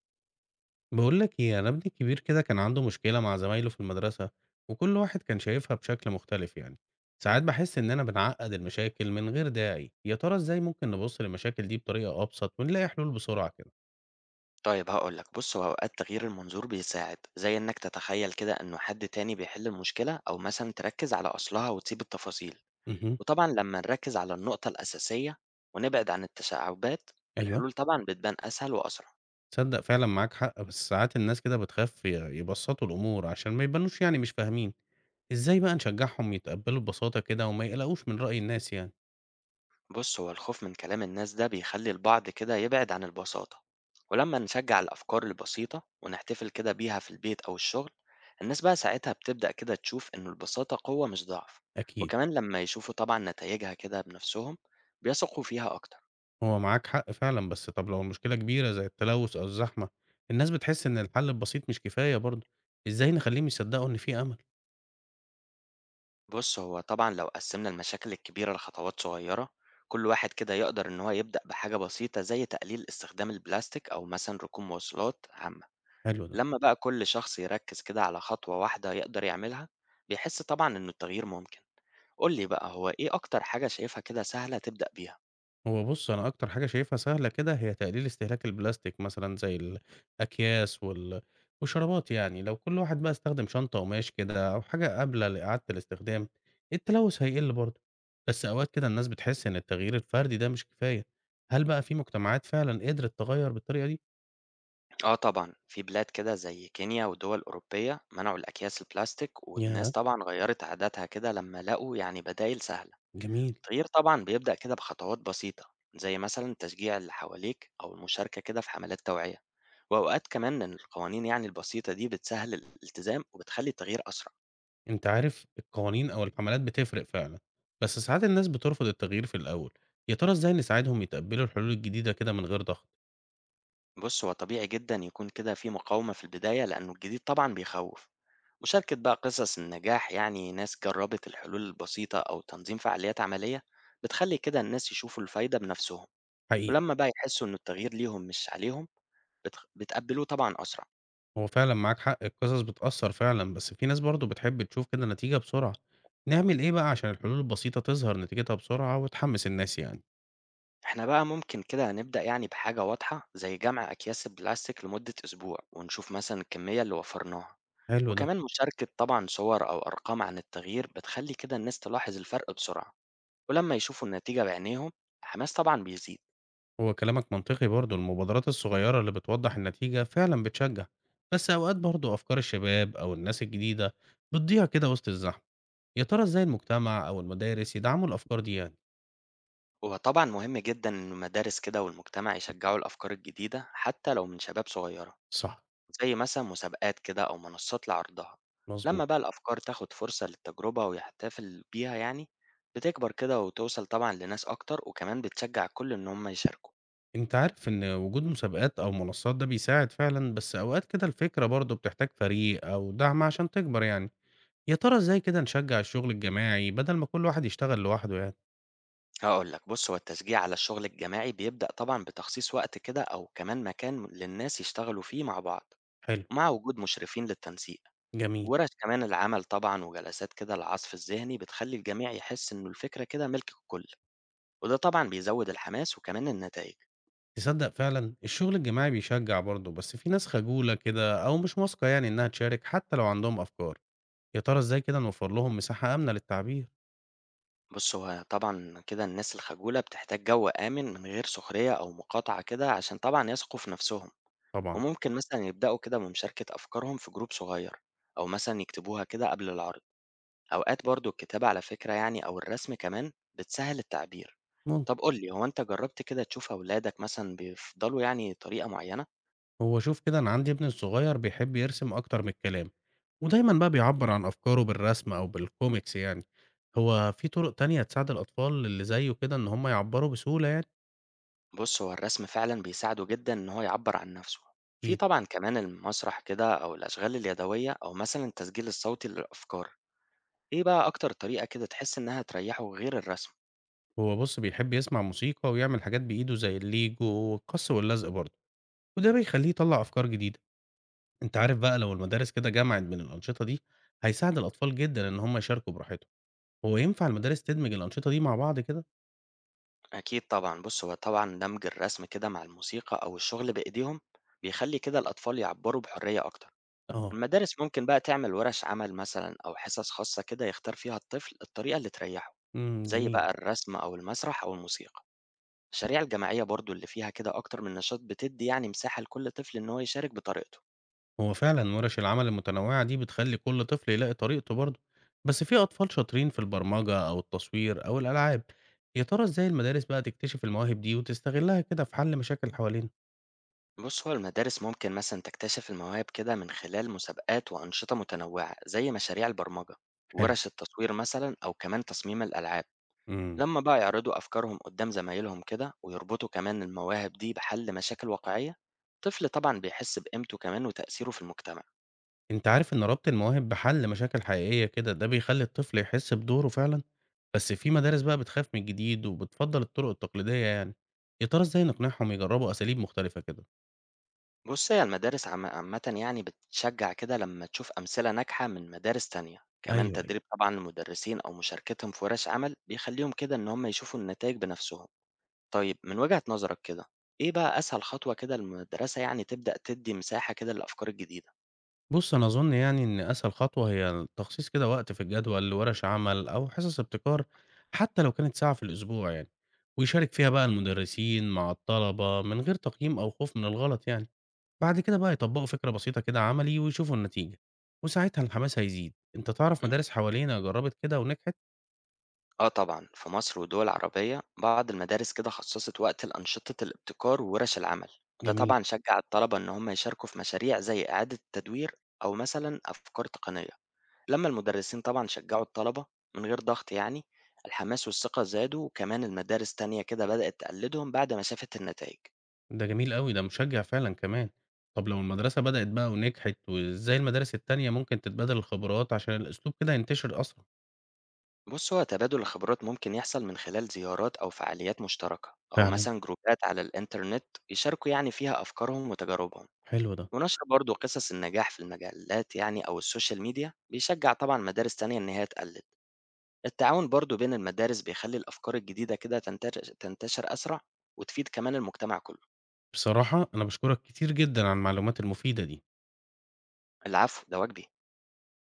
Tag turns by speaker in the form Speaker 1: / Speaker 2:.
Speaker 1: بقول لك ايه، انا ابني الكبير كده كان عنده مشكلة مع زمايله في المدرسة، وكل واحد كان شايفها بشكل مختلف يعني. ساعات بحس اننا بنعقد المشاكل من غير داعي. يا ترى ازاي ممكن نبص للمشاكل دي بطريقة ابسط ونلاقي حلول بسرعة كده؟
Speaker 2: طيب هاقول لك بُص، هو أوقات تغيير المنظور بيساعد، زي إنك تتخيل كده إنه حد تاني بيحل المشكلة أو مثلًا تركّز على أصلها وتسيب التفاصيل،
Speaker 1: امم.
Speaker 2: وطبعًا لمّا نركّز على النقطة الأساسية ونبعد عن التشعبات،
Speaker 1: ايوه،
Speaker 2: الحلول طبعًا بتبان أسهل وأسرع.
Speaker 1: تصدق فعلا معاك حق، بس ساعات الناس كده بتخاف يبسطوا الامور عشان ما يبانوش يعني مش فاهمين. ازاي بقى نشجعهم يتقبلوا ببساطة كده وما يقلقوش من رأي الناس يعني؟
Speaker 2: بص هو الخوف من كلام الناس ده بيخلي البعض كده يبعد عن البساطة، ولما نشجع الأفكار البسيطة ونحتفل كده بيها في البيت أو الشغل، الناس بقى ساعتها بتبدأ كده تشوف إن البساطة قوة مش ضعف،
Speaker 1: اكيد.
Speaker 2: وكمان لما يشوفوا طبعا نتائجها كده بنفسهم بيثقوا فيها أكتر.
Speaker 1: هو معاك حق فعلًا، بس طَب لو المشكلة كبيرة زي التلوث أو الزحمة، الناس بتحس إن الحل البسيط مش كفاية برضه. إزاي نخلّيهم يصدّقوا إن في أمل؟
Speaker 2: بص هو طبعا لو قسمنا المشاكل الكبيرة لخطوات صغيرة، كل واحد كده يقدر إن هو يبدأ بحاجة بسيطة زي تقليل استخدام البلاستيك أو مثلا ركوب مواصلات عامة.
Speaker 1: حلو ده.
Speaker 2: لمّا بقى كل شخص يركّز كده على خطوة واحدة يقدر يعملها، بيحس طبعًا إنه التغيير ممكن. قُل لي بقى، هو إيه أكتر حاجة شايفها كده سهلة تبدأ بيها؟
Speaker 1: هو بُص، أنا أكتر حاجة شايفها سهلة كده هي تقليل استهلاك البلاستيك، مثلًا زي الأكياس والشرابات يعني. لو كل واحد بقى استخدم شنطة قماش كده أو حاجة قابلة لإعادة الاستخدام، التلوث هيقل برضه. بس أوقات كده الناس بتحس إن التغيير الفردي ده مش كفاية. هل بقى في مجتمعات فعلًا قدرت تغيّر بالطريقة دي؟
Speaker 2: آه طبعًا، في بلاد كده زي كينيا ودول أوروبية منعوا الأكياس البلاستيك، والناس
Speaker 1: ياه!
Speaker 2: طبعًا غيّرت عاداتها كده لمّا لقوا يعني بدايل سهلة.
Speaker 1: جميل.
Speaker 2: التغيير طبعًا بيبدأ كده بخطوات بسيطة، زي مثلًا تشجيع اللي حواليك أو المشاركة كده في حملات توعية، وأوقات كمان إن القوانين يعني البسيطة دي بتسهّل الالتزام وبتخلّي التغيير أسرع.
Speaker 1: أنت عارف، القوانين أو الحملات بتفرق فعلًا، بس ساعات الناس بترفض التغيير في الأول. يا ترى إزاي نساعدهم يتقبلوا الحلول الجديدة كده من غير ضغط؟
Speaker 2: بُص، هو طبيعي جدًا يكون كده في مقاومة في البداية، لأنه الجديد طبعًا بيخوّف. مشاركة بقى قصص النجاح يعني ناس جرّبت الحلول البسيطة أو تنظيم فعاليات عملية، بتخلّي كده الناس يشوفوا الفايدة بنفسهم،
Speaker 1: حقيقي.
Speaker 2: ولمّا بقى يحسّوا إنه التغيير ليهم مش عليهم، بيتقبّلوه طبعًا أسرع.
Speaker 1: هو فعلًا معاك حق، القصص بتأثر فعلًا، بس في ناس برضه بتحب تشوف كده نتيجة بسرعة. نعمل إيه بقى عشان الحلول البسيطة تظهر نتيجتها بسرعة وتحمس الناس يعني؟
Speaker 2: إحنا بقى ممكن كده نبدأ يعني بحاجة واضحة، زي جمع أكياس البلاستيك لمدة أسبوع ونشوف مثلًا الكمية اللي وفّرناها،
Speaker 1: حلو ده.
Speaker 2: وكمان مشاركة طبعًا صور أو أرقام عن التغيير بتخلّي كده الناس تلاحظ الفرق بسرعة. ولما يشوفوا النتيجة بعينيهم الحماس طبعا بيزيد.
Speaker 1: هو كلامك منطقي برضه، المبادرات الصغيرة اللي بتوضح النتيجة فعلًا بتشجع، بس أوقات برضه أفكار الشباب أو الناس الجديدة بتضيع كده وسط الزحمة. يا ترى إزاي المجتمع أو المدارس يدعموا الأفكار دي يعني؟
Speaker 2: وطبعا مهم جدا إن المدارس كده والمجتمع يشجعوا الأفكار الجديدة حتى لو من شباب صغيرة،
Speaker 1: صح.
Speaker 2: زي مثلا مسابقات كده أو منصات لعرضها.
Speaker 1: مظبوط.
Speaker 2: لما بقى الأفكار تاخد فرصة للتجربة ويحتفل بيها يعني، بتكبر كده وتوصل طبعا لناس أكتر وكمان بتشجع كل إن هم يشاركوا.
Speaker 1: أنت عارف إن وجود مسابقات أو منصات ده بيساعد فعلا، بس أوقات كده الفكرة برضه بتحتاج فريق أو دعم عشان تكبر يعني. يا ترى إزاي كده نشجع الشغل الجماعي بدل ما كل واحد يشتغل لوحده يعني؟
Speaker 2: هقول لك بص، هو التشجيع على الشغل الجماعي بيبدأ طبعا بتخصيص وقت كده أو كمان مكان للناس يشتغلوا فيه مع بعض،
Speaker 1: حلو.
Speaker 2: مع وجود مشرفين للتنسيق،
Speaker 1: جميل.
Speaker 2: وورش كمان العمل طبعًا وجلسات كده العصف الذهني بتخلّي الجميع يحس إنه الفكرة كده ملك الكل، وده طبعًا بيزود الحماس وكمان النتايج.
Speaker 1: تصدق فعلا الشغل الجماعي بيشجع برضه، بس في ناس خجولة كده أو مش واثقة يعني إنها تشارك حتى لو عندهم أفكار. يا ترى إزاي كده نوفر لهم مساحة آمنة للتعبير؟
Speaker 2: بُص، هو طبعًا كده الناس الخجولة بتحتاج جو آمن من غير سخرية أو مقاطعة كده عشان طبعًا يثقوا في نفسهم،
Speaker 1: طبعا.
Speaker 2: وممكن مثلًا يبدأوا كده بمشاركة أفكارهم في جروب صغير أو مثلًا يكتبوها كده قبل العرض. أوقات برضه الكتابة على فكرة يعني أو الرسم كمان بتسهّل التعبير. طب
Speaker 1: ممكن.
Speaker 2: قُل لي، هو أنت جرّبت كده تشوف أولادك مثلًا بيفضلوا يعني طريقة معينة؟
Speaker 1: هو شوف كده، أنا عندي ابني الصغير بيحب يرسم أكتر من الكلام، ودايما بقى بيعبر عن أفكاره بالرسم أو بالكوميكس يعني. هو في طرق تانية تساعد الأطفال اللي زيه كده إن هم يعبروا بسهولة يعني؟
Speaker 2: بص هو الرسم فعلا بيساعده جدا ان هو يعبر عن نفسه. في
Speaker 1: أكيد.
Speaker 2: طبعا كمان المسرح كده او الاشغال اليدوية او مثلا التسجيل الصوتي للافكار. ايه بقى اكتر طريقة كده تحس انها تريحه غير الرسم؟
Speaker 1: هو بص بيحب يسمع موسيقى ويعمل حاجات بإيده زي الليجو والقص واللزق برضه، وده بيخليه يطلع أفكار جديدة. أنت عارف بقى، لو المدارس كده جمعت بين الأنشطة دي هيساعد الأطفال جدا إن هم يشاركوا براحتهم. هو ينفع المدارس تدمج الأنشطة دي مع بعض كده؟
Speaker 2: اكيد طبعا. بص هو طبعا دمج الرسم كده مع الموسيقى او الشغل بايديهم بيخلي كده الاطفال يعبروا بحرية اكتر.
Speaker 1: آه.
Speaker 2: المدارس ممكن بقى تعمل ورش عمل مثلا او حصص خاصة كده يختار فيها الطفل الطريقة اللي تريحه،
Speaker 1: امم،
Speaker 2: زي
Speaker 1: جميل.
Speaker 2: بقى الرسم او المسرح او الموسيقى. المشاريع الجماعية برضو اللي فيها كده أكتر من نشاط بتدي يعني مساحة لكل طفل إن هو يشارك بطريقته.
Speaker 1: هو فعلا ورش العمل المتنوعة دي بتخلي كل طفل يلاقي طريقته برضه، بس في أطفال شاطرين في البرمجة أو التصوير أو الألعاب. يا ترى إزاي المدارس بقى تكتشف المواهب دي وتستغلها كده في حل مشاكل حوالينا؟
Speaker 2: بص هو المدارس ممكن مثلا تكتشف المواهب كده من خلال مسابقات وأنشطة متنوعة زي مشاريع البرمجة،
Speaker 1: حلو.
Speaker 2: ورش التصوير مثلا أو كمان تصميم الألعاب.
Speaker 1: امم.
Speaker 2: لما بقى يعرضوا أفكارهم قدام زمايلهم كده ويربطوا كمان المواهب دي بحل مشاكل واقعية، الطفل طبعا بيحس بقيمته كمان وتأثيره في المجتمع.
Speaker 1: أنت عارف إن ربط المواهب بحل مشاكل حقيقية كده ده بيخلي الطفل يحس بدوره فعلا، بس في مدارس بقى بتخاف من الجديد وبتفضل الطرق التقليدية يعني. يا ترى إزاي نقنعهم يجربوا أساليب مختلفة كده؟
Speaker 2: بُص، هي المدارس عامةً يعني بتشجّع كده لمّا تشوف أمثلة ناجحة من مدارس تانية، كمان
Speaker 1: ايوه، أيوه.
Speaker 2: تدريب طبعًا المدرسين أو مشاركتهم في ورش عمل بيخلّيهم كده إن هم يشوفوا النتايج بنفسهم. طيب من وجهة نظرك كده، إيه بقى أسهل خطوة كده المدرسة يعني تبدأ تدّي مساحة كده للأفكار الجديدة؟
Speaker 1: بُص، أنا أظن يعني إن أسهل خطوة هي تخصيص كده وقت في الجدول لورش عمل أو حصص ابتكار، حتى لو كانت ساعة في الأسبوع يعني، ويشارك فيها بقى المدرسين مع الطلبة من غير تقييم أو خوف من الغلط يعني. بعد كده بقى يطبقوا فكرة بسيطة كده عملي ويشوفوا النتيجة، وساعتها الحماس هيزيد. أنت تعرف مدارس حوالينا جربت كده ونجحت؟
Speaker 2: آه طبعًا، في مصر ودول عربية بعض المدارس كده خصصت وقت لأنشطة الابتكار وورش العمل، وده
Speaker 1: جميل.
Speaker 2: طبعًا شجع الطلبة إن هم يشاركوا في مشاريع زي إعادة تدوير أو مثلًا أفكار تقنية، لما المدرسين طبعًا شجعوا الطلبة من غير ضغط يعني، الحماس والثقة زادوا وكمان المدارس تانية كده بدأت تقلدهم بعد ما شافت النتائج.
Speaker 1: ده جميل أوي، ده مشجع فعلًا كمان. طب لو المدرسة بدأت بقى ونجحت، وإزاي المدارس التانية ممكن تتبادل الخبرات عشان الأسلوب كده ينتشر أسرع؟
Speaker 2: بُص هو تبادل الخبرات ممكن يحصل من خلال زيارات أو فعاليات مشتركة، أو
Speaker 1: فعلًا.
Speaker 2: مثلًا جروبات على الإنترنت يشاركوا يعني فيها أفكارهم وتجاربهم.
Speaker 1: حلو ده.
Speaker 2: ونشر برضه قصص النجاح في المجلات يعني أو السوشيال ميديا بيشجع طبعا مدارس تانية إن هي تقلد. التعاون برضه بين المدارس بيخلي الأفكار الجديدة كده تنتشر أسرع وتفيد كمان المجتمع كله.
Speaker 1: بصراحة أنا باشكرك كتير جدًا على المعلومات المفيدة دي.
Speaker 2: العفو، ده واجبي.